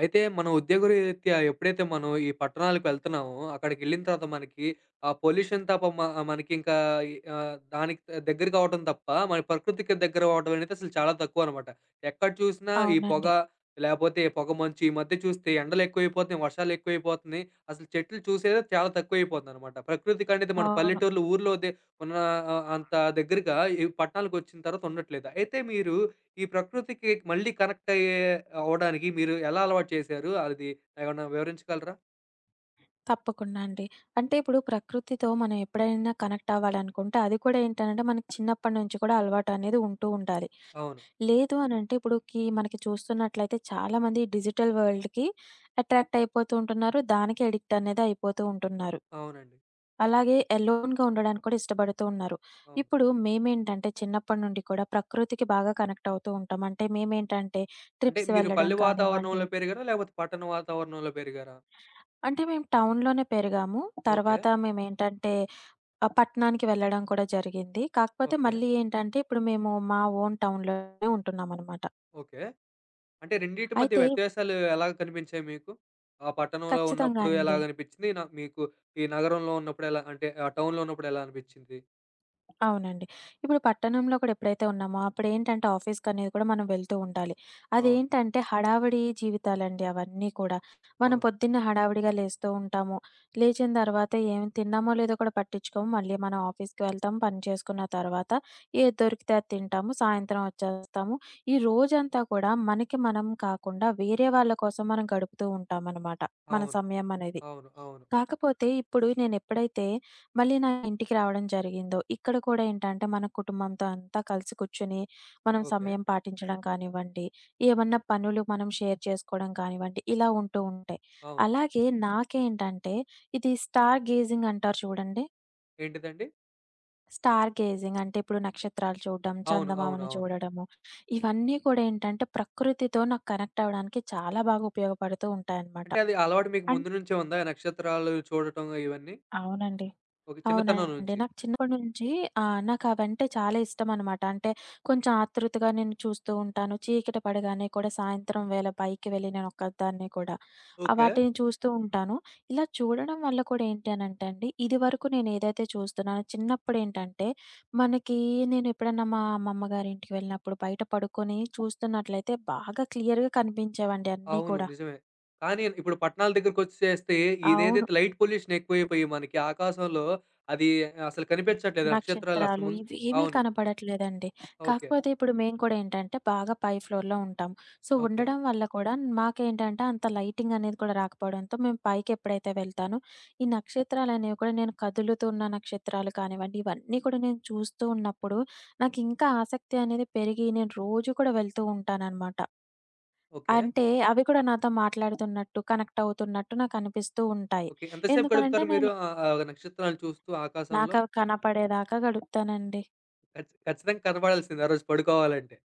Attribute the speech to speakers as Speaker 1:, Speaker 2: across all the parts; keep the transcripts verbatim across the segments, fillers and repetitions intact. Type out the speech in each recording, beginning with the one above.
Speaker 1: అయితే మనం ఉద్యోగరీత్యా ఎప్పుడైతే మనం ఈ పట్టణాలకు వెళ్తున్నామో, అక్కడికెళ్ళిన తర్వాత మనకి ఆ పొల్యూషన్ తప్ప మ మనకింకా ఈ ఆహ్, దానికి దగ్గర కావటం తప్ప, మన ప్రకృతికి దగ్గర అవ్వడం అనేది అసలు చాలా తక్కువనమాట. ఎక్కడ చూసినా ఈ పొగ,
Speaker 2: అవునండి.
Speaker 1: లేపోతే పొగ మంచు. ఈ మధ్య చూస్తే ఎండలెక్కువైపోతున్నాయి, వర్షాలెక్కువైపోతున్నాయి. అసలు చెట్లు చూసేదే చాలా తక్కువైపోతుందనమాట. ప్రకృతికనేది మన
Speaker 2: అవును.
Speaker 1: పల్లెటూర్లు, ఊర్లోదే ఉన్న ఆహ్, అంత దగ్గరగా ఈ పట్టణాలకొచ్చిన తర్వాత ఉండట్లేదు. అయితే మీరు ఈ ప్రకృతికి మళ్ళీ కనెక్ట్ అయ్యే అవ్వడానికి మీరు ఎలా అలవాటు చేశారు? అది ఏమన్నా వివరించగలరా?
Speaker 2: తప్పకుండా అండి. అంటే ఇప్పుడు ప్రకృతితో మనం ఎప్పుడైనా కనెక్ట్ అవ్వాలనుకుంటే అది కూడా ఏంటనంటే మనకి చిన్నప్పటి నుంచి కూడా అలవాటనేది ఉంటూ ఉండాలి.
Speaker 1: అవును.
Speaker 2: లేదు అనంటే ఇప్పుడుకి మనకి చూస్తున్నట్లయితే చాలామంది డిజిటల్ వరల్డ్‌కి అట్రాక్ట్ అయిపోతూ ఉంటున్నారు. దానికి అడిక్ట్ అనేది అయిపోతూ ఉంటున్నారు.
Speaker 1: అవునండి.
Speaker 2: అలాగే ఎలోన్‌గా ఉండడానికి కూడా ఇష్టపడుతూ ఉన్నారు.
Speaker 1: అవును.
Speaker 2: ఇప్పుడు మేమేంటంటే చిన్నప్పటి నుండి కూడా ప్రకృతికి బాగా కనెక్ట్ అవుతూ ఉంటాం. అంటే మేమేంటంటే
Speaker 1: అంటే
Speaker 2: ట్రిప్స్
Speaker 1: మీరు
Speaker 2: వెళ్ళడం
Speaker 1: పల్లె
Speaker 2: కానివ్వండి,
Speaker 1: వాతావరణంలో పెరిగారా? లేకపోతే పట్టణ వాతావరణంలో పెరిగారా?
Speaker 2: అంటే మేము టౌన్‌లోనే పెరిగాము.
Speaker 1: ఓకే.
Speaker 2: తర్వాత మేమేంటంటే ఆహ్, పట్టణానికి వెళ్ళడం కూడా జరిగింది. కాకపోతే
Speaker 1: ఓకే.
Speaker 2: మళ్ళీ ఏంటంటే ఇప్పుడు మేము మా ఓన్ టౌన్‌లోనే ఉంటున్నామనమాట.
Speaker 1: ఓకే. అంటే రెండిటి మధ్య
Speaker 2: అయితే
Speaker 1: వ్యత్యాసాలు ఎలా కనిపించాయి మీకు? ఆ పట్టణంలో
Speaker 2: ఖచ్చితంగా
Speaker 1: ఉన్నప్పుడు
Speaker 2: అండి.
Speaker 1: ఎలాగ అనిపించింది? న మీకు ఈ నగరంలో ఉన్నప్పుడు ఎలా అంటే ఆ టౌన్‌లో ఉన్నప్పుడు ఎలా అనిపించింది?
Speaker 2: అవునండి. ఇప్పుడు పట్టణంలో కూడా ఎప్పుడైతే ఉన్నామో అప్పుడేంటంటే ఆఫీస్‌కనేది కూడా మనం వెళ్తూ ఉండాలి.
Speaker 1: అవును.
Speaker 2: అదేంటంటే హడావిడి జీవితాలండి అవన్నీ కూడా. మనం
Speaker 1: అవును.
Speaker 2: పొద్దున్నే హడావిడిగా లేస్తూ ఉంటాము. లేచిన తర్వాత ఏమి తిన్నామో లేదో కూడా పట్టించుకోము. మళ్ళీ మనం ఆఫీస్‌కి వెళ్తాము. పని చేసుకున్న తర్వాత ఏది దొరికితే అది తింటాము. సాయంత్రం వచ్చేస్తాము. ఈ రోజంతా కూడా మనకి మనం కాకుండా వేరే వాళ్ళ కోసం మనం గడుపుతూ ఉంటామనమాట. మన
Speaker 1: అవును.
Speaker 2: సమయం అనేది.
Speaker 1: అవును. అవును.
Speaker 2: కాకపోతే ఇప్పుడు నేనెప్పుడైతే మళ్ళీ నా ఇంటికి రావడం జరిగిందో, ఇక్కడ కూడా ఏంటంటే మన కుటుంబంతో అంతా కలిసి కూర్చొని మనం
Speaker 1: ఓకే.
Speaker 2: సమయం పాటించడం కానివ్వండి, ఏమన్నా పనులు మనం షేర్ చేసుకోవడం కానివ్వండి, ఇలా ఉంటూ ఉంటాయి.
Speaker 1: అవును.
Speaker 2: అలాగే నాకేంటంటే ఇది స్టార్ గేజింగ్ అంటారు చూడండి.
Speaker 1: ఏంటిదండి?
Speaker 2: స్టార్ గేజింగ్ అంటే ఇప్పుడు నక్షత్రాలు చూడడం,
Speaker 1: అవును. అవును.
Speaker 2: చందమామను
Speaker 1: అవును.
Speaker 2: చూడడము, ఇవన్నీ కూడా ఏంటంటే ప్రకృతితో నాకు కనెక్ట్ అవ్వడానికి చాలా బాగా ఉపయోగపడుతూ ఉంటాయన్నమాట.
Speaker 1: అంటే అది అలవాటు మీకు
Speaker 2: అండ్
Speaker 1: ముందు నుంచే ఉందా? ఈ నక్షత్రాలు చూడటం ఇవన్నీ?
Speaker 2: అవునండి.
Speaker 1: ఒక చిన్నతనం
Speaker 2: అవునండి.
Speaker 1: నుంచి.
Speaker 2: నాకు చిన్నప్పటి నుంచి ఆహ్, నాకవంటే చాలా ఇష్టమనమాట. అంటే కొంచెం ఆతృతగా నేను చూస్తూ ఉంటాను. చీకటి పడగానే కూడా సాయంత్రం వేళ పైకి వెళ్ళి నేనొక్కదాన్నే కూడా ఆహ్,
Speaker 1: ఓకే.
Speaker 2: వాటిని చూస్తూ ఉంటాను. ఇలా చూడడం వల్ల కూడా ఏంటి అనంటే అండి, ఇదివరకు నేనేదైతే చూస్తున్నానో చిన్నప్పుడేంటంటే, మనకి నేనెప్పుడన్నా మా అమ్మమ్మ గారింటికి వెళ్ళినప్పుడు బయట పడుకొని చూస్తున్నట్లయితే బాగా క్లియర్‌గా కనిపించేవండి అన్నీ
Speaker 1: అవును.
Speaker 2: కూడా.
Speaker 1: నిజమే. కానీ ఇప్పుడు పట్టణాల దగ్గరికొచ్చేస్తే
Speaker 2: అవును.
Speaker 1: ఇదేదైతే లైట్ పొల్యూషన్ ఎక్కువైపోయి మనకి ఆకాశంలో అది అసలు కనిపించట్లేదు. నక్షత్రాలు అసలు
Speaker 2: నక్షత్రాలు
Speaker 1: ముందు.
Speaker 2: ఇవి ఏమీ
Speaker 1: అవును.
Speaker 2: కనపడట్లేదండి.
Speaker 1: ఓకే.
Speaker 2: కాకపోతే ఇప్పుడు మేము కూడా ఏంటంటే బాగా పై ఫ్లోర్‌లో ఉంటాం. So,
Speaker 1: okay.
Speaker 2: ఉండడం వల్ల కూడా మాకేంటంటే అంత లైటింగ్ అనేది కూడా రాకపోవడంతో మేము పైకెప్పుడైతే వెళ్తానో ఈ నక్షత్రాలనేవి కూడా నేను కదులుతున్న నక్షత్రాలు కానివ్వండి, ఇవన్నీ కూడా నేను చూస్తూ ఉన్నప్పుడు నాకింకా ఆసక్తి అనేది పెరిగి నేను రోజు కూడా వెళ్తూ ఉంటాననమాట.
Speaker 1: ఓకే.
Speaker 2: అంటే అవి కూడా నాతో మాట్లాడుతున్నట్టు, కనెక్ట్ అవుతున్నట్టు నాకనిపిస్తూ ఉంటాయి.
Speaker 1: ఓకే. ఎంతసేపు
Speaker 2: ఎందుకనంటే
Speaker 1: గడుపుతారు మీరు
Speaker 2: నేను
Speaker 1: ఆహ్, ఆహ్, నక్షత్రాలు చూస్తూ ఆకాశంలో?
Speaker 2: నాకవి కనపడేదాకా గడుపుతానండి.
Speaker 1: ఖచ్చి ఖచ్చితంగా కనపడాల్సిందే ఆ రోజు పడుకోవాలంటే.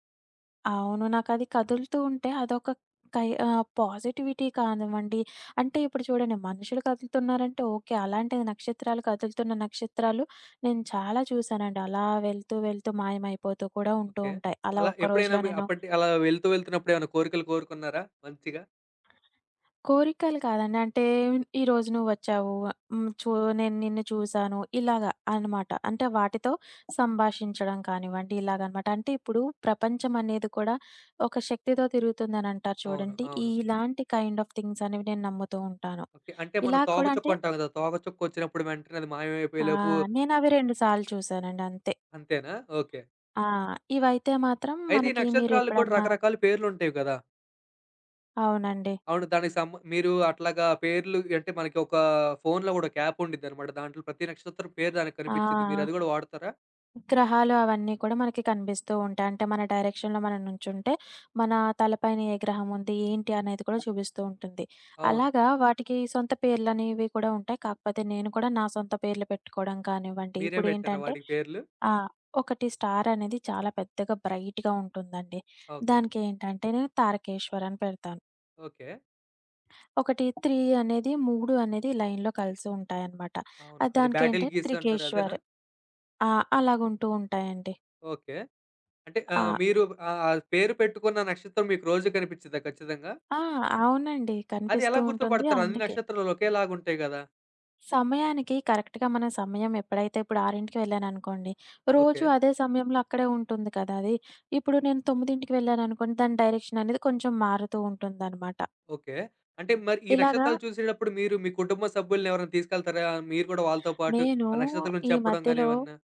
Speaker 2: అవును. నాకది కదులుతూ ఉంటే అదొక కై ఆహ్, పాజిటివిటీ కానివ్వండి, అంటే ఇప్పుడు చూడండి మనుషులు కదులుతున్నారంటే ఓకే. అలాంటిది నక్షత్రాలు కదులుతున్న నక్షత్రాలు నేను చాలా చూసానండి. అలా వెళ్తూ, వెళ్తూ మాయమైపోతూ కూడా ఉంటూ
Speaker 1: ఓకే.
Speaker 2: ఉంటాయి. అలా
Speaker 1: అలా
Speaker 2: ఒక్క
Speaker 1: ఎప్పుడైనా
Speaker 2: రోజులో
Speaker 1: మీ
Speaker 2: నేను
Speaker 1: అప్పటి అలా వెళ్తూ వెళ్తున్నప్పుడు ఏమైనా కోరికలు కోరుకున్నారా మంచిగా?
Speaker 2: కోరికలు కాదండి. అంటే ఈరోజు నువ్వొచ్చావు. హ్మ్. చూ నేను నిన్ను చూసాను. ఇలాగ అనమాట. అంటే వాటితో సంభాషించడం కానివ్వండి ఇలాగనమాట. అంటే ఇప్పుడు ప్రపంచం అనేది కూడా ఒక శక్తితో తిరుగుతుందని అంటారు
Speaker 1: అవును.
Speaker 2: చూడండి. ఈ
Speaker 1: అవును.
Speaker 2: ఇలాంటి కైండ్ ఆఫ్ థింగ్స్ అనేవి నేను నమ్ముతూ ఉంటాను.
Speaker 1: ఓకే. అంటే మనం
Speaker 2: ఇలా కూడా హ్మ్. అంటే
Speaker 1: తోకచుక్కంటాం గదా! తోకచుక్కొచ్చినప్పుడు వెంటనే అది
Speaker 2: ఆ!
Speaker 1: మాయమైపోయేలోపు.
Speaker 2: నేనవి రెండు సార్లు చూసానండి అంతే.
Speaker 1: అంతేనా? ఓకే.
Speaker 2: ఆ! ఇవైతే మాత్రం
Speaker 1: అయితే ఈ
Speaker 2: మనకి
Speaker 1: నక్షత్రాలకు కూడా
Speaker 2: మీరెప్పుడన్నా
Speaker 1: రకరకాల పేర్లుంటాయి గదా!
Speaker 2: అవునండి.
Speaker 1: అవును. దానికి సం మీరు అట్లాగా పేర్లు అంటే మనకి ఒక ఫోన్‌లో గూడా ఒక యాప్ ఉండిద్దనమాట. దాంట్లో ప్రతి నక్షత్రం పేరు దానికి కనిపిచ్చిద్ది. మీరది
Speaker 2: ఆ!
Speaker 1: గూడా వాడతారా?
Speaker 2: గ్రహాలు అవన్నీ కూడా మనకి కనిపిస్తూ ఉంటాయి. అంటే మన డైరెక్షన్‌లో మనం నుంచుంటే, మన తలపైన ఏ గ్రహం ఉంది, ఏంటి అనేది కూడా చూపిస్తూ ఉంటుంది.
Speaker 1: అవును.
Speaker 2: అలాగా వాటికి సొంత పేర్లనేవి కూడా ఉంటాయి. కాకపోతే నేను కూడా నా సొంత పేర్లు పెట్టుకోవడం కానివ్వండి,
Speaker 1: మీరే పెట్టారా
Speaker 2: ఇప్పుడేంటంటే
Speaker 1: వాటికి పేర్లు?
Speaker 2: ఆ! ఒకటి స్టార్ అనేది చాలా పెద్దగా బ్రైట్‌గా ఉంటుందండి.
Speaker 1: ఓకే.
Speaker 2: దానికి ఏంటంటే నేను తారకేశ్వర్ అని పెడతాను.
Speaker 1: ఓకే.
Speaker 2: ఒకటి మూడు అనేది మూడు అనేది లైన్‌లో కలిసి ఉంటాయన్నమాట.
Speaker 1: అవును.
Speaker 2: ఆహ్,
Speaker 1: అది బ్యాటిల్
Speaker 2: దానికేంటంటే
Speaker 1: గీస్ అంటారు అదేనా?
Speaker 2: త్రికేశ్వర్. ఆ! అలాగుంటూ ఉంటాయండి.
Speaker 1: ఓకే. అంటే
Speaker 2: ఆ!
Speaker 1: ఆహ్, మీరు ఆహ్, ఆ పేరు పెట్టుకున్న నక్షత్రం మీకు రోజు కనిపిచ్చిద్దా ఖచ్చితంగా?
Speaker 2: ఆ! అవునండి.
Speaker 1: అది ఎలా
Speaker 2: కనిపిస్తూ ఉంటుంది.
Speaker 1: గుర్తుపడతారు? అన్ని
Speaker 2: అందుకే
Speaker 1: నక్షత్రాలు ఒకేలాగుంటాయి గదా!
Speaker 2: సమయానికి కరెక్ట్‌గా మన సమయం ఎప్పుడైతే ఇప్పుడు ఆరుకి వెళ్ళాననుకోండి,
Speaker 1: ఓకే.
Speaker 2: రోజు అదే సమయంలో అక్కడే ఉంటుంది కదా అది. ఇప్పుడు నేను తొమ్మిదికి వెళ్ళాననుకోండి, దాని డైరెక్షన్ అనేది కొంచెం మారుతూ ఉంటుందనమాట.
Speaker 1: ఓకే. అంటే మరి ఈ
Speaker 2: ఇలాగా
Speaker 1: నక్షత్రాలు చూసేటప్పుడు మీరు మీ కుటుంబ సభ్యుల్ని ఎవరైనా తీసుకెళ్తారా? మీరు కూడా వాళ్ళతో పాటు
Speaker 2: నేను
Speaker 1: ఆ నక్షత్రం గురించి
Speaker 2: ఈ
Speaker 1: చెప్పడం గాని
Speaker 2: మధ్యలో
Speaker 1: ఏమన్నా?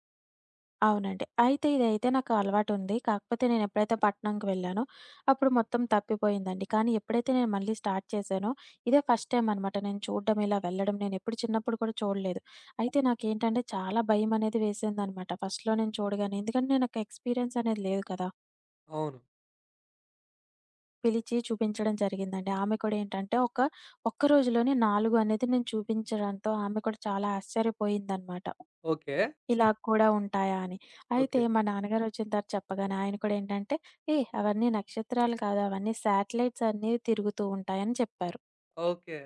Speaker 2: అవునండి. అయితే ఇదైతే నాకు అలవాటుంది. కాకపోతే నేనెప్పుడైతే పట్నంకి వెళ్ళానో, అప్పుడు మొత్తం తప్పిపోయిందండి. కానీ ఎప్పుడైతే నేను మళ్ళీ స్టార్ట్ చేశానో, ఇదే ఫస్ట్ టైమ్ అనమాట నేను చూడడం, ఇలా వెళ్ళడం. నేనెప్పుడు చిన్నప్పుడు కూడా చూడలేదు. అయితే నాకేంటంటే చాలా భయమనేది వేసిందనమాట ఫస్ట్‌లో నేను చూడగానే. ఎందుకంటే నాకు ఎక్స్‌పీరియన్స్ అనేది లేదు కదా!
Speaker 1: అవును.
Speaker 2: పిలిచి చూపించడం జరిగిందండి. ఆమె కూడా ఏంటంటే ఒక ఒక్క రోజులోనే నాలుగు అనేది నేను చూపించడంతో ఆమె కూడా చాలా ఆశ్చర్యపోయిందనమాట.
Speaker 1: ఓకే.
Speaker 2: ఇలా కూడా ఉంటాయా అని. అయితే
Speaker 1: ఓకే.
Speaker 2: మా నాన్నగారొచ్చిన తర్వాత చెప్పగానే ఆయన కూడా ఏంటంటే, "ఏహ్! అవన్నీ నక్షత్రాలు కాదు. అవన్నీ శాటిలైట్స్ అన్నీ తిరుగుతూ ఉంటాయని" చెప్పారు.
Speaker 1: ఓకే.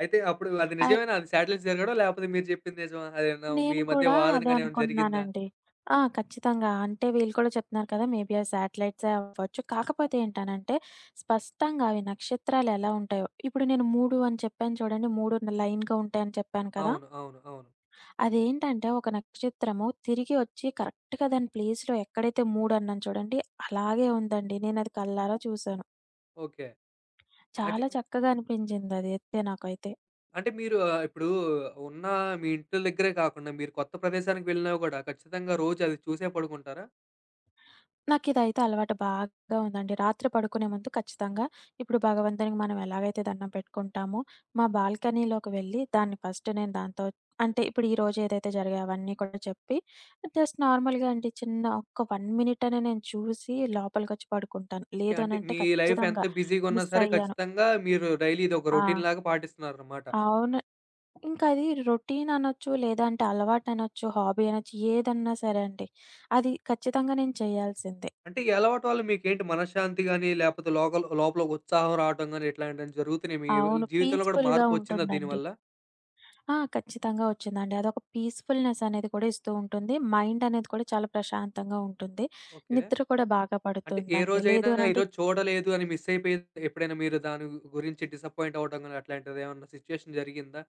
Speaker 1: అయితే అప్పుడు అది
Speaker 2: ఆహ్,
Speaker 1: నిజమేనా? అది శాటిలైట్స్ జరగడం లేకపోతే మీరు చెప్పింది నిజమా? అదేమన్నా మీ
Speaker 2: నేను
Speaker 1: మధ్య
Speaker 2: కూడా
Speaker 1: వాదన
Speaker 2: అదే
Speaker 1: గాని ఏమైనా జరిగిందా?
Speaker 2: అనుకున్నానండి. ఆ! ఖచ్చితంగా. అంటే వీళ్ళు కూడా చెప్తున్నారు కదా! మేబీ అవి శాటిలైట్సే అవ్వచ్చు. కాకపోతే ఏంటనంటే, స్పష్టంగా అవి నక్షత్రాలు ఎలా ఉంటాయో ఇప్పుడు నేను మూడు అని చెప్పాను చూడండి. మూడు లైన్‌గా ఉంటాయని చెప్పాను కదా!
Speaker 1: అవును. అవును. అవును.
Speaker 2: అదేంటంటే ఒక నక్షత్రము తిరిగి వచ్చి కరెక్ట్‌గా దాని ప్లేస్‌లో ఎక్కడైతే మూడు అన్నాను చూడండి, అలాగే ఉందండి. నేనది కళ్ళారా చూసాను.
Speaker 1: ఓకే. అంటే
Speaker 2: చాలా చక్కగా అనిపించింది అది ఎత్తే నాకైతే.
Speaker 1: అంటే మీరు ఆహ్, ఇప్పుడు ఉన్న మీ ఇంటి దగ్గరే కాకుండా మీరు కొత్త ప్రదేశానికి వెళ్ళినా గూడా ఖచ్చితంగా రోజు అది చూసే పడుకుంటారా?
Speaker 2: నాకిదైతే అలవాటు బాగా ఉందండి. రాత్రి పడుకునే ముందు ఖచ్చితంగా ఇప్పుడు భగవంతునికి మనం ఎలాగైతే దండం పెట్టుకుంటామో, మా బాల్కనీలోకి వెళ్ళి దాన్ని ఫస్ట్ నేను దాంతో అంటే ఇప్పుడు ఈ రోజు ఏదైతే జరిగాయో అవన్నీ కూడా చెప్పి, జస్ట్ నార్మల్‌గా అండి చిన్న ఒక్క 1 మినిట్ అనే నేను చూసి లోపలికొచ్చి పడుకుంటాను.
Speaker 1: ఓకే.
Speaker 2: లేదు
Speaker 1: అంటే
Speaker 2: అనంటే
Speaker 1: మీ లైఫ్ ఎంత
Speaker 2: ఖచ్చితంగా
Speaker 1: బిజీగున్నా
Speaker 2: మిస్
Speaker 1: సరే
Speaker 2: అయ్యాను.
Speaker 1: ఖచ్చితంగా మీరు డైలీ ఇదొక
Speaker 2: ఆ!
Speaker 1: రొటీన్‌లాగా పాటిస్తున్నారనమాట.
Speaker 2: అవును. ఇంకది రొటీన్ అనొచ్చు, లేదంటే అలవాటనొచ్చు, హాబీ అనొచ్చు, ఏదన్నా సరే అండి. అది ఖచ్చితంగా నేను చేయాల్సిందే.
Speaker 1: అంటే ఈ అలవాటు వల్ల మీకేంటి మనశ్శాంతి గాని, లేపోతే లోకల్ లోపల ఒక ఉత్సాహం రావటం గాని ఇట్లాంటియన్ని జరుగుతున్నాయి. మీ
Speaker 2: అవును.
Speaker 1: జీవితంలో గూడా
Speaker 2: పీస్‌ఫుల్‌గా
Speaker 1: మార్పొచ్చిందా
Speaker 2: ఉంటుందండి.
Speaker 1: దీనివల్ల?
Speaker 2: ఆ! ఖచ్చితంగా వచ్చిందండి. అదొక పీస్‌ఫుల్‌నెస్ అనేది కూడా ఇస్తూ ఉంటుంది. మైండ్ అనేది కూడా చాలా ప్రశాంతంగా ఉంటుంది.
Speaker 1: ఓకే.
Speaker 2: నిద్ర కూడా బాగా
Speaker 1: అంటే ఏ
Speaker 2: పడుతుందండి.
Speaker 1: రోజైనా
Speaker 2: లేదు అనంటే
Speaker 1: ఈరోజు చూడలేదు అని మిస్ అయిపోయింది ఎప్పుడైనా మీరు దాని గురించి డిసప్పాయింట్ అవ్వడం గాని అట్లాంటిదేమన్నా సిచ్యుయేషన్ జరిగిందా?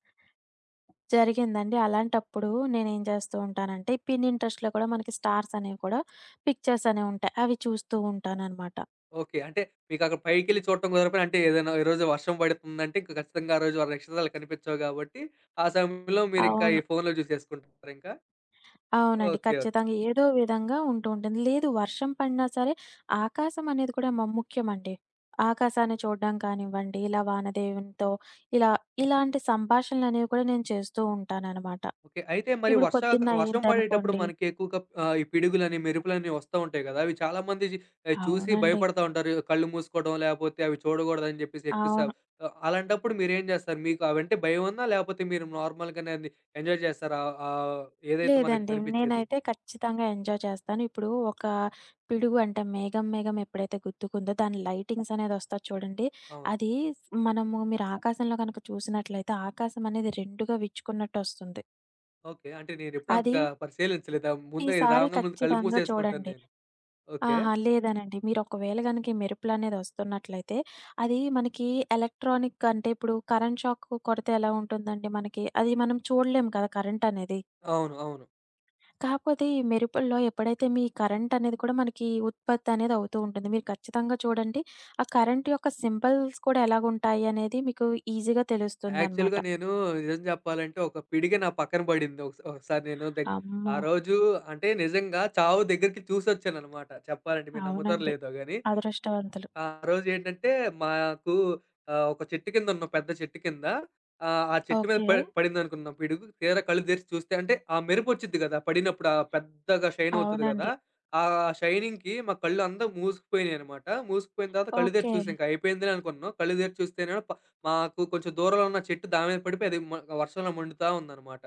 Speaker 2: జరిగిందండి. అలాంటప్పుడు నేనేం చేస్తూ ఉంటానంటే, పిన్ ఇంట్రెస్ట్‌లో కూడా మనకి స్టార్స్ అనేవి కూడా పిక్చర్స్ అనేవుంటాయి. అవి చూస్తూ ఉంటాననమాట.
Speaker 1: ఓకే. అంటే మీకక్కడ పైకెళ్ళి చూడటం కుదరకపోయినా అంటే ఏదైనా ఈరోజు వర్షం పడుతుందంటే ఇంక ఖచ్చితంగా ఆ రోజు ఆ నక్షత్రాలు కనిపించవు గాబట్టి, ఆ సమయంలో మీరింకా ఈ
Speaker 2: అవును.
Speaker 1: ఫోన్‌లో జూసేసుకుంటారింకా? ఓకే.
Speaker 2: అవునండి.
Speaker 1: ఓకే.
Speaker 2: ఖచ్చితంగా ఏదో విధంగా ఉంటూ ఉంటుంది. లేదు వర్షం పడినా సరే ఆకాశం అనేది కూడా మ ముఖ్యమండి. ఆకాశాన్ని చూడడం కానివ్వండి, ఇలా వానదేవునితో ఇలా ఇలాంటి సంభాషణలనేవి కూడా నేను చేస్తూ ఉంటాననమాట.
Speaker 1: ఓకే. అయితే మరి
Speaker 2: ఇప్పుడు
Speaker 1: వర్షా
Speaker 2: పొద్దున్న
Speaker 1: వర్షం పడేటప్పుడు
Speaker 2: అయిందనుకోండి
Speaker 1: మనకి ఎక్కువగా ఆహ్, ఈ పిడుగులని, మెరుపులని వస్తా ఉంటాయి కదా! అవి చాలామంది జి ఆహ్, చూసి
Speaker 2: అవునండి.
Speaker 1: భయపడతా ఉంటారు. కళ్ళు మూసుకోవడం లేపోతే అవి చూడకూడదని చెప్పేసి ఎక్స్‌సా
Speaker 2: అవును.
Speaker 1: ఆహ్, అలాంటప్పుడు మీరేం జేస్తారు? మీకు అవంటే భయం ఉందా? లేపోతే మీరు నార్మల్‌గానే అది ఎంజాయ్ జేస్తారా? ఆహ్, ఏదైతే మనకి
Speaker 2: లేదండి.
Speaker 1: కనిపిచ్చేది?
Speaker 2: నేనైతే ఖచ్చితంగా ఎంజాయ్ చేస్తాను. ఇప్పుడు ఒక పిడుగు అంటే మేఘం మేఘం ఎప్పుడైతే గుర్తుకుందో దాని లైటింగ్స్ అనేదొస్తది చూడండి.
Speaker 1: అవును.
Speaker 2: అది మనము మీరు ఆకాశంలో గనక చూసినట్లయితే ఆకాశం అనేది 2గా విచ్చుకున్నట్టొస్తుంది.
Speaker 1: ఓకే. అంటే నేనెప్పుడు
Speaker 2: అది
Speaker 1: అంతగా పరిశీలించలేదు. ముందే ఇది
Speaker 2: ఈసారి
Speaker 1: రాంగానే ముందు కళ్ళు
Speaker 2: ఖచ్చితంగా
Speaker 1: మూసేసుకుంటాను
Speaker 2: చూడండి.
Speaker 1: నేను. ఓకే.
Speaker 2: ఆహా! లేదనండి. మీరు ఒకవేళ గనక ఈ మెరుపులనేదొస్తున్నట్లయితే అది మనకి ఎలక్ట్రానిక్ అంటే ఇప్పుడు కరెంట్ షాక్ కొడితే ఎలా ఉంటుందండి మనకి? అది మనం చూడలేం కదా! కరెంట్ అనేది.
Speaker 1: అవును. అవును.
Speaker 2: కాకపోతే ఈ మెరుపుల్లో ఎప్పుడైతే మీ కరెంట్ అనేది కూడా మనకి ఉత్పత్తి అనేది అవుతూ ఉంటుంది. మీరు ఖచ్చితంగా చూడండి ఆ కరెంట్ యొక్క సింబల్స్ కూడా ఎలాగుంటాయి అనేది మీకు ఈజీగా తెలుస్తుందనమాట.
Speaker 1: యాక్చువల్‌గా నేను నిజం జెప్పాలంటే ఒక పిడికి నా పక్కన బడింది. ఒకసా ఒకసారి నేను దగ్ ఆ
Speaker 2: అమ్మో!
Speaker 1: రోజు అంటే నిజంగా చావు దగ్గరికి చూసొచ్చాననమాట చెప్పాలంటే. మీరు నమ్ముతారో
Speaker 2: అవునండి.
Speaker 1: లేదో గాని.
Speaker 2: అదృష్టవంతులు.
Speaker 1: ఆ రోజేంటంటే మాకు ఆహ్, ఒక చెట్టు కింద ఉన్నాం. పెద్ద చెట్టు కింద. ఆహ్, ఆ చెట్టు మీద
Speaker 2: ఓకే.
Speaker 1: ప పడిందనుకున్నాం పిడుగు. తీరా కళ్ళు తెరిచి చూస్తే అంటే ఆ మెరుపొచ్చిద్ది గదా! పడినప్పుడు ఆ పెద్దగా షైన్ అవుతది గదా!
Speaker 2: అవునండి.
Speaker 1: ఆ షైనింగ్‌కి మా కళ్ళు అంతా మూసుకుపోయినాయనమాట. మూసుకుపోయిన తర్వాత కళ్ళు తెరిచి
Speaker 2: ఓకే.
Speaker 1: చూసాం. ఇంక అయిపోయిందిలే అనుకున్నాం. కళ్ళు తెరిచి చూస్తేనేమో ప మాకు కొంచెం దూరంలో ఉన్న చెట్టు దాని మీద పడిపోయి అది మ వర్షంలో మండుతా ఉందనమాట.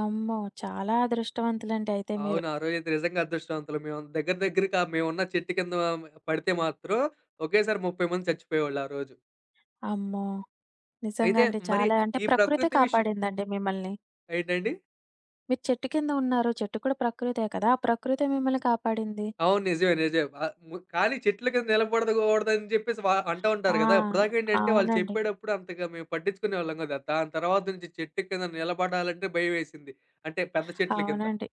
Speaker 2: అమ్మో! చాలా అదృష్టవంతులండి అయితే మీరు.
Speaker 1: అవును. ఆ రోజైతే నిజంగా అదృష్టవంతులం మేము. దగ్గర దగ్గరగా మేమున్న చెట్టు కింద పడితే మాత్రం ఒకేసారి ముప్పై మంది చచ్చిపోయేవాళ్ళు ఆ రోజు.
Speaker 2: అమ్మో! నిజంగా
Speaker 1: అయితే
Speaker 2: అండి.
Speaker 1: మరి
Speaker 2: చాలా అంటే
Speaker 1: ఈ
Speaker 2: ప్రకృతే
Speaker 1: ప్రకృతి విష్
Speaker 2: కాపాడిందండి మిమ్మల్ని.
Speaker 1: ఏంటండి?
Speaker 2: మీరు చెట్టు కింద ఉన్నారు. చెట్టు కూడా ప్రకృతే కదా! ఆ ప్రకృతే మిమ్మల్ని కాపాడింది.
Speaker 1: అవును. నిజమే. నిజమే. ఆహ్, ము కానీ చెట్ల కింద నిలబడకూడదని చెప్పేసి వా అంటా ఉంటారు
Speaker 2: ఆ!
Speaker 1: గదా! ఇప్పటిదాకా ఏంటంటే వాళ్ళు
Speaker 2: అవునండి.
Speaker 1: చెప్పేటప్పుడు అంతగా మేము పట్టించుకునేవాళ్ళం కాదు. దాని తర్వాత నుంచి చెట్టు కింద నిలబడాలంటే భయమేసింది. అంటే పెద్ద చెట్ల కింద.
Speaker 2: అవునండి.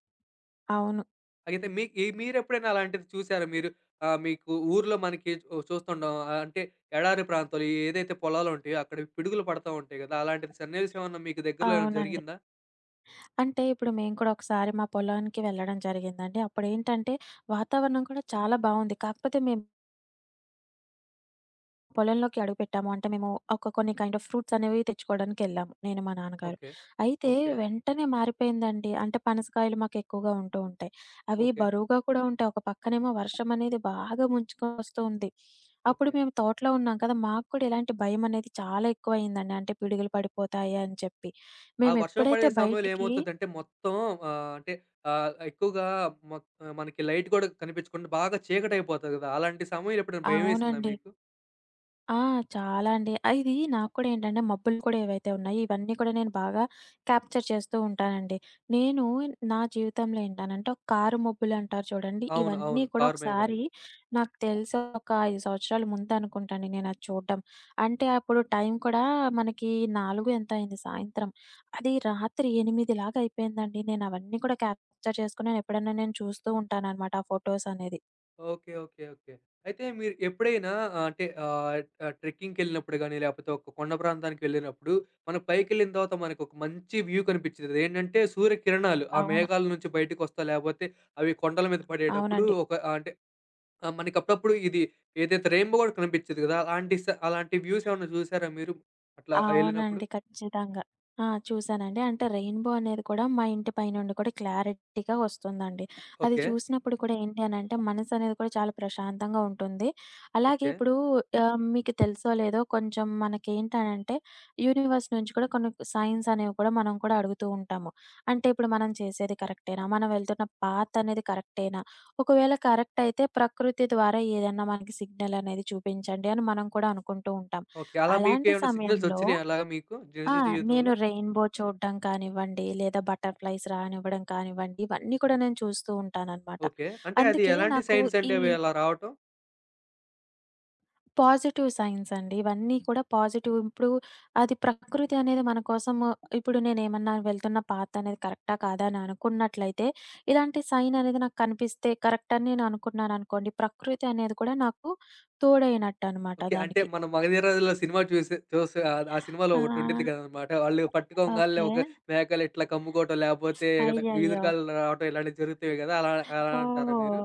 Speaker 2: అవును.
Speaker 1: అయితే మీ ఈ మీరెప్పుడైనా అలాంటిది చూసారా మీరు? ఆహ్, మీకు ఊర్లో మనకి చూ చూస్తుండం ఆహ్, అంటే ఎడారి ప్రాంతాలు ఏదైతే పొలాలు ఉంటాయో అక్కడ పిడుగులు పడతా ఉంటాయి గదా! అలాంటిది సన్నివేశం ఏమన్నా మీకు దగ్గరలో ఏమైనా
Speaker 2: అవునండి.
Speaker 1: జరిగిందా?
Speaker 2: అంటే ఇప్పుడు మేము కూడా ఒకసారి మా పొలానికి వెళ్ళడం జరిగిందండి. అప్పుడేంటంటే వాతావరణం కూడా చాలా బావుంది. కాకపోతే మేము పొలంలోకి అడుగుపెట్టాము. అంటే మేము ఒక కొన్ని కైండ్ ఆఫ్ ఫ్రూట్స్ అనేవి తెచ్చుకోవడానికెళ్ళాము నేను, మా నాన్నగారు.
Speaker 1: ఓకే.
Speaker 2: అయితే
Speaker 1: ఓకే.
Speaker 2: వెంటనే మారిపోయిందండి. అంటే పనసకాయలు మాకెక్కువగా ఉంటూ ఉంటాయి. అవి
Speaker 1: ఓకే.
Speaker 2: బరువుగా కూడా ఉంటాయి. ఒక పక్కనేమో వర్షం అనేది బాగా ముంచుకొని వస్తూ ఉంది. అప్పుడు
Speaker 1: ఓకే.
Speaker 2: మేము తోటలో ఉన్నాం కదా! మాకు కూడా ఇలాంటి భయమనేది చాలా ఎక్కువయిందండి. అంటే పిడుగులు పడిపోతాయి అని చెప్పి.
Speaker 1: ఆ వర్షం పడే
Speaker 2: మేమెప్పుడైతే
Speaker 1: సమయంలో
Speaker 2: బయటికి
Speaker 1: ఏమవుతదంటే మొత్తం ఆహ్, అంటే ఆహ్, ఎక్కువగా మ మనకి లైట్ గూడా కనిపించకుండా బాగా చీకటయిపోతది గదా! అలాంటి సమయంలో ఎప్పుడైనా భయమేసిందా
Speaker 2: అవునండి.
Speaker 1: మీకు?
Speaker 2: ఆ! చాలా అండి. ఆహ్, ఇది నాకు కూడా ఏంటంటే మబ్బులు కూడా ఏవైతే ఉన్నాయో ఇవన్నీ కూడా నేను బాగా క్యాప్చర్ చేస్తూ ఉంటానండి. నేను నా జీవితంలో ఏంటనంటే ఒక కారు మబ్బులు అంటారు చూడండి.
Speaker 1: అవును.
Speaker 2: ఇవన్నీ
Speaker 1: అవును.
Speaker 2: కూడా
Speaker 1: కారు మేఘాలు.
Speaker 2: ఒకసారి నాకు తెలిసి ఒక ఐదు సంవత్సరాల ముందు అనుకుంటాను నేను అది చూడడం. అంటే అప్పుడు టైం కూడా మనకి నాలుగు ఎంతో అయింది సాయంత్రం. అది రాత్రి ఎనిమిది లాగా అయిపోయిందండి. నేను అవన్నీ కూడా క్యాప్చర్ చేసుకొని నేను ఎప్పుడైనా నేను చూస్తూ ఉంటాననమాట ఆ ఫోటోస్ అనేది.
Speaker 1: ఓకే. ఓకే. ఓకే. అయితే మీరు ఎప్పుడైనా ఆహ్, అంటే ఆహ్, ఆహ్, ట్రెక్కింగ్‌కెళ్ళినప్పుడు గాని, లేపోతే ఒక కొండ ప్రాంతానికి వెళ్ళినప్పుడు మనం పైకెళ్ళిన తర్వాత మనకొక మంచి వ్యూ కనిపించింది. అదేంటంటే సూర్యకిరణాలు ఆ
Speaker 2: అవును.
Speaker 1: మేఘాల నుంచి బయటికొస్తా లేపోతే అవి కొండల మీద పడేటప్పుడు
Speaker 2: అవునండి.
Speaker 1: ఒక అంటే ఆ! మనకప్పుడప్పుడు ఇది ఏదైతే రెయిన్‌బో గూడా కనిపిచ్చేది గదా! అలాంటి స అలాంటి వ్యూస్ ఏమన్నా జూసారా మీరు? అట్లా ఎళ్ళినప్పుడు?
Speaker 2: అవునండి. ఖచ్చితంగా. ఆ! చూసానండి. అంటే రెయిన్‌బో అనేది కూడా మా ఇంటి పైనుండి కూడా క్లారిటీగా వస్తుందండి. అది
Speaker 1: ఓకే.
Speaker 2: చూసినప్పుడు కూడా ఏంటి అనంటే మనసనేది కూడా చాలా ప్రశాంతంగా ఉంటుంది. అలాగే
Speaker 1: ఓకే.
Speaker 2: ఇప్పుడు ఆహ్, మీకు తెలుసో లేదో కొంచెం మనకేంటనంటే యూనివర్స్ నుంచి కూడా కొన్ని సైన్స్ అనేవి కూడా మనం కూడా అడుగుతూ ఉంటాము. అంటే ఇప్పుడు మనం చేసేది కరెక్టేనా? మనం వెళ్తున్న పాత్ అనేది కరెక్టేనా? ఒకవేళ కరెక్ట్ అయితే ప్రకృతి ద్వారా ఏదన్నా మనకి సిగ్నల్ అనేది చూపించండి అని మనం కూడా అనుకుంటూ ఉంటాం.
Speaker 1: ఓకే. అలా
Speaker 2: అలాంటి
Speaker 1: మీకేమన్నా సిగ్నల్స్
Speaker 2: సమయంలో
Speaker 1: ఒచ్చినాయా అలాగా మీకు నిజ
Speaker 2: ఆ! నేను
Speaker 1: జీవితంలో?
Speaker 2: రెయిన్‌బో చూడడం కానివ్వండి, లేదా బటర్‌ఫ్లైస్ రానివ్వడం కానివ్వండి, ఇవన్నీ కూడా నేను చూస్తూ ఉంటాననమాట.
Speaker 1: ఓకే. అంటే అది
Speaker 2: అందుకే
Speaker 1: ఎలాంటి
Speaker 2: నాకు
Speaker 1: సైన్స్ అండి
Speaker 2: ఈ
Speaker 1: అవి అలా రావటం?
Speaker 2: పాజిటివ్ సైన్స్ అండి. ఇవన్నీ కూడా పాజిటివ్ ఇప్పుడు అది ప్రకృతి అనేది మన కోసం ఇప్పుడు నేనేమన్నా వెళ్తున్న పాత్ అనేది కరెక్టా, కాదా అని అనుకున్నట్లయితే, ఇలాంటి సైన్ అనేది నాకు కనిపిస్తే కరెక్ట్ అని నేను అనుకున్నాననుకోండి, ప్రకృతి అనేది కూడా నాకు తోడైనట్టనమాట
Speaker 1: ఓకే. అంటే
Speaker 2: దానికి.
Speaker 1: మనం 'మగధీరాజులో' సినిమా చూసే చూసి ఆహ్, ఆ సినిమాలో ఒకటుండిద్ది
Speaker 2: ఆ!
Speaker 1: గదనమాట. వాళ్ళు పట్టుకోంగాల్నే
Speaker 2: ఓకే.
Speaker 1: ఒక మేకలు ఇట్లా కమ్ముకోవటం లేపోతే
Speaker 2: అయ్యయ్యో!
Speaker 1: ఈదురుగాలులు రావటం ఇలాంటివి జరుగుతాయి గదా! అలా అలా అంటారా
Speaker 2: ఓహో!
Speaker 1: మీరు?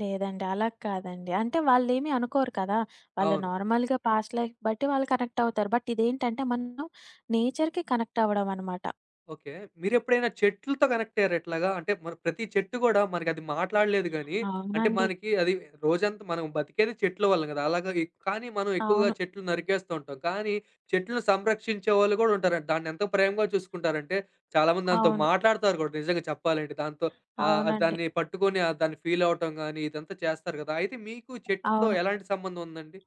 Speaker 2: లేదండి. అలా కాదండి. అంటే వాళ్ళేమి అనుకోరు కదా! వాళ్ళు
Speaker 1: అవును.
Speaker 2: నార్మల్‌గా పాస్ట్ లైఫ్ బట్టి వాళ్ళు కనెక్ట్ అవుతారు. బట్ ఇదేంటంటే మనం నేచర్‌కి కనెక్ట్ అవ్వడం అనమాట.
Speaker 1: ఓకే. మీరెప్పుడైనా చెట్లతో కనెక్ట్ అయ్యారా ఇట్లాగా? అంటే మన ప్రతి చెట్టు గూడా మనకది మాట్లాడలేదు గానీ, అంటే
Speaker 2: అవునండి.
Speaker 1: మనకి అది రోజంతా మనం బతికేది చెట్ల వల్ల గదా! అలాగా ఎక్ కానీ మనం ఎక్కువగా
Speaker 2: అవును.
Speaker 1: చెట్లు నరికేస్తూ ఉంటాం. కానీ చెట్లను సంరక్షించే వాళ్ళు గూడా ఉంటారు. దాన్నెంత ప్రేమగా చూసుకుంటారంటే, చాలామంది దాంతో
Speaker 2: అవును.
Speaker 1: మాట్లాడతారు గూడా నిజంగా చెప్పాలంటే. దాంతో ఆహ్,
Speaker 2: అవునండి.
Speaker 1: దాన్ని పట్టుకొని ఆహ్, దాన్ని ఫీల్ అవ్వటం గానీ, ఇదంతా చేస్తారు గదా! అయితే మీకు చెట్లతో
Speaker 2: అవును.
Speaker 1: ఎలాంటి సంబంధం ఉందండి?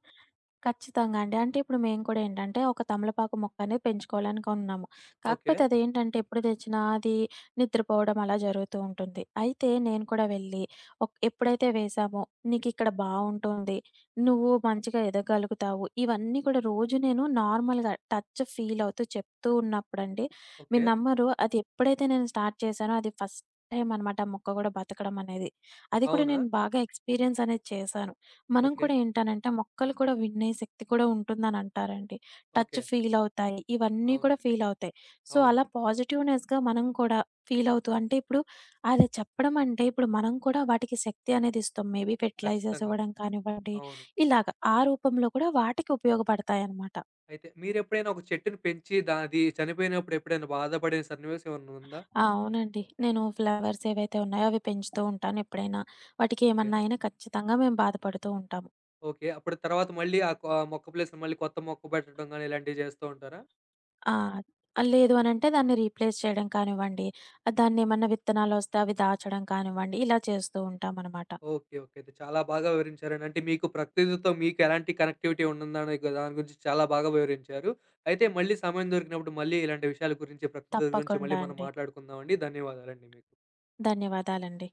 Speaker 2: ఖచ్చితంగా అండి. అంటే ఇప్పుడు మేము కూడా ఏంటంటే, ఒక తమలపాకు మొక్కనేది పెంచుకోవాలని కొన్నాము.
Speaker 1: ఓకే.
Speaker 2: కాకపోతే అదేంటంటే, ఎప్పుడు తెచ్చినా అది నిద్రపోవడం అలా జరుగుతూ ఉంటుంది. అయితే నేను కూడా వెళ్ళి ఒక్ ఎప్పుడైతే వేశామో, "నీకిక్కడ బావుంటుంది. నువ్వు మంచిగా ఎదగలుగుతావు." ఇవన్నీ కూడా రోజు నేను నార్మల్‌గా టచ్ ఫీల్ అవుతూ చెప్తూ ఉన్నప్పుడండి,
Speaker 1: ఓకే.
Speaker 2: మీరు నమ్మరు అది ఎప్పుడైతే నేను స్టార్ట్ చేశానో, అది ఫస్ట్ టైమ్ అనమాట ఆ మొక్క కూడా బతకడం అనేది. అది కూడా
Speaker 1: అవునా?
Speaker 2: నేను బాగా ఎక్స్‌పీరియన్స్ అనేది చేశాను. మనం
Speaker 1: ఓకే.
Speaker 2: కూడా ఏంటనంటే, మొక్కలు కూడా వినే శక్తి కూడా ఉంటుందని అంటారండి.
Speaker 1: ఓకే.
Speaker 2: టచ్ ఫీలవుతాయి. ఇవన్నీ
Speaker 1: అవును.
Speaker 2: కూడా ఫీలవుతాయి. సో,
Speaker 1: అవును.
Speaker 2: అలా పాజిటివ్‌నెస్‌గా మనం కూడా ఫీలవుతూ అంటే ఇప్పుడు అది చెప్పడం అంటే, ఇప్పుడు మనం కూడా వాటికి శక్తి అనేది ఇస్తాం. మేబీ ఫెర్టిలైజర్స్
Speaker 1: ఖచ్చితంగా.
Speaker 2: ఇవ్వడం కానివ్వండి,
Speaker 1: అవును.
Speaker 2: ఇలాగ ఆ రూపంలో కూడా వాటికి ఉపయోగపడతాయనమాట.
Speaker 1: అయితే మీరెప్పుడైనా ఒక చెట్టుని పెంచి దా అది చనిపోయినప్పుడు ఎప్పుడైనా బాధపడిన సన్నివేశం ఏమన్నా ఉందా?
Speaker 2: అవునండి. నేను ఫ్లవర్స్ ఏవైతే ఉన్నాయో అవి పెంచుతూ ఉంటాను ఎప్పుడైనా. వాటికి
Speaker 1: ఓకే.
Speaker 2: ఏమన్నా అయినా ఖచ్చితంగా మేము బాధపడుతూ ఉంటాం.
Speaker 1: ఓకే. అప్పుడు తర్వాత మళ్ళీ ఆ కొ ఆ మొక్క ప్లేస్‌లో మళ్ళీ కొత్త మొక్క పెట్టడం గాని ఇలాంటివి చేస్తూ ఉంటారా?
Speaker 2: ఆ! ఆ, లేదు అనంటే దాన్ని రీప్లేస్ చేయడం కానివ్వండి, దాన్నేమన్నా విత్తనాలొస్తే అవి దాచడం కానివ్వండి, ఇలా చేస్తూ ఉంటామనమాట.
Speaker 1: ఓకే. ఓకే. అయితే చాలా బాగా వివరించారండి. అంటే మీకు ప్రకృతితో మీకు ఎలాంటి కనెక్టివిటీ ఉంటుందనే గు దాని గురించి చాలా బాగా వివరించారు. అయితే మళ్ళీ సమయం దొరికినప్పుడు మళ్ళీ ఇలాంటి విషయాల గురించి, ప్రకృతి గురించి మళ్ళీ
Speaker 2: తప్పకుండా
Speaker 1: మనం
Speaker 2: అండి.
Speaker 1: మాట్లాడుకుందామండి. ధన్యవాదాలండి మీకు.
Speaker 2: ధన్యవాదాలండి.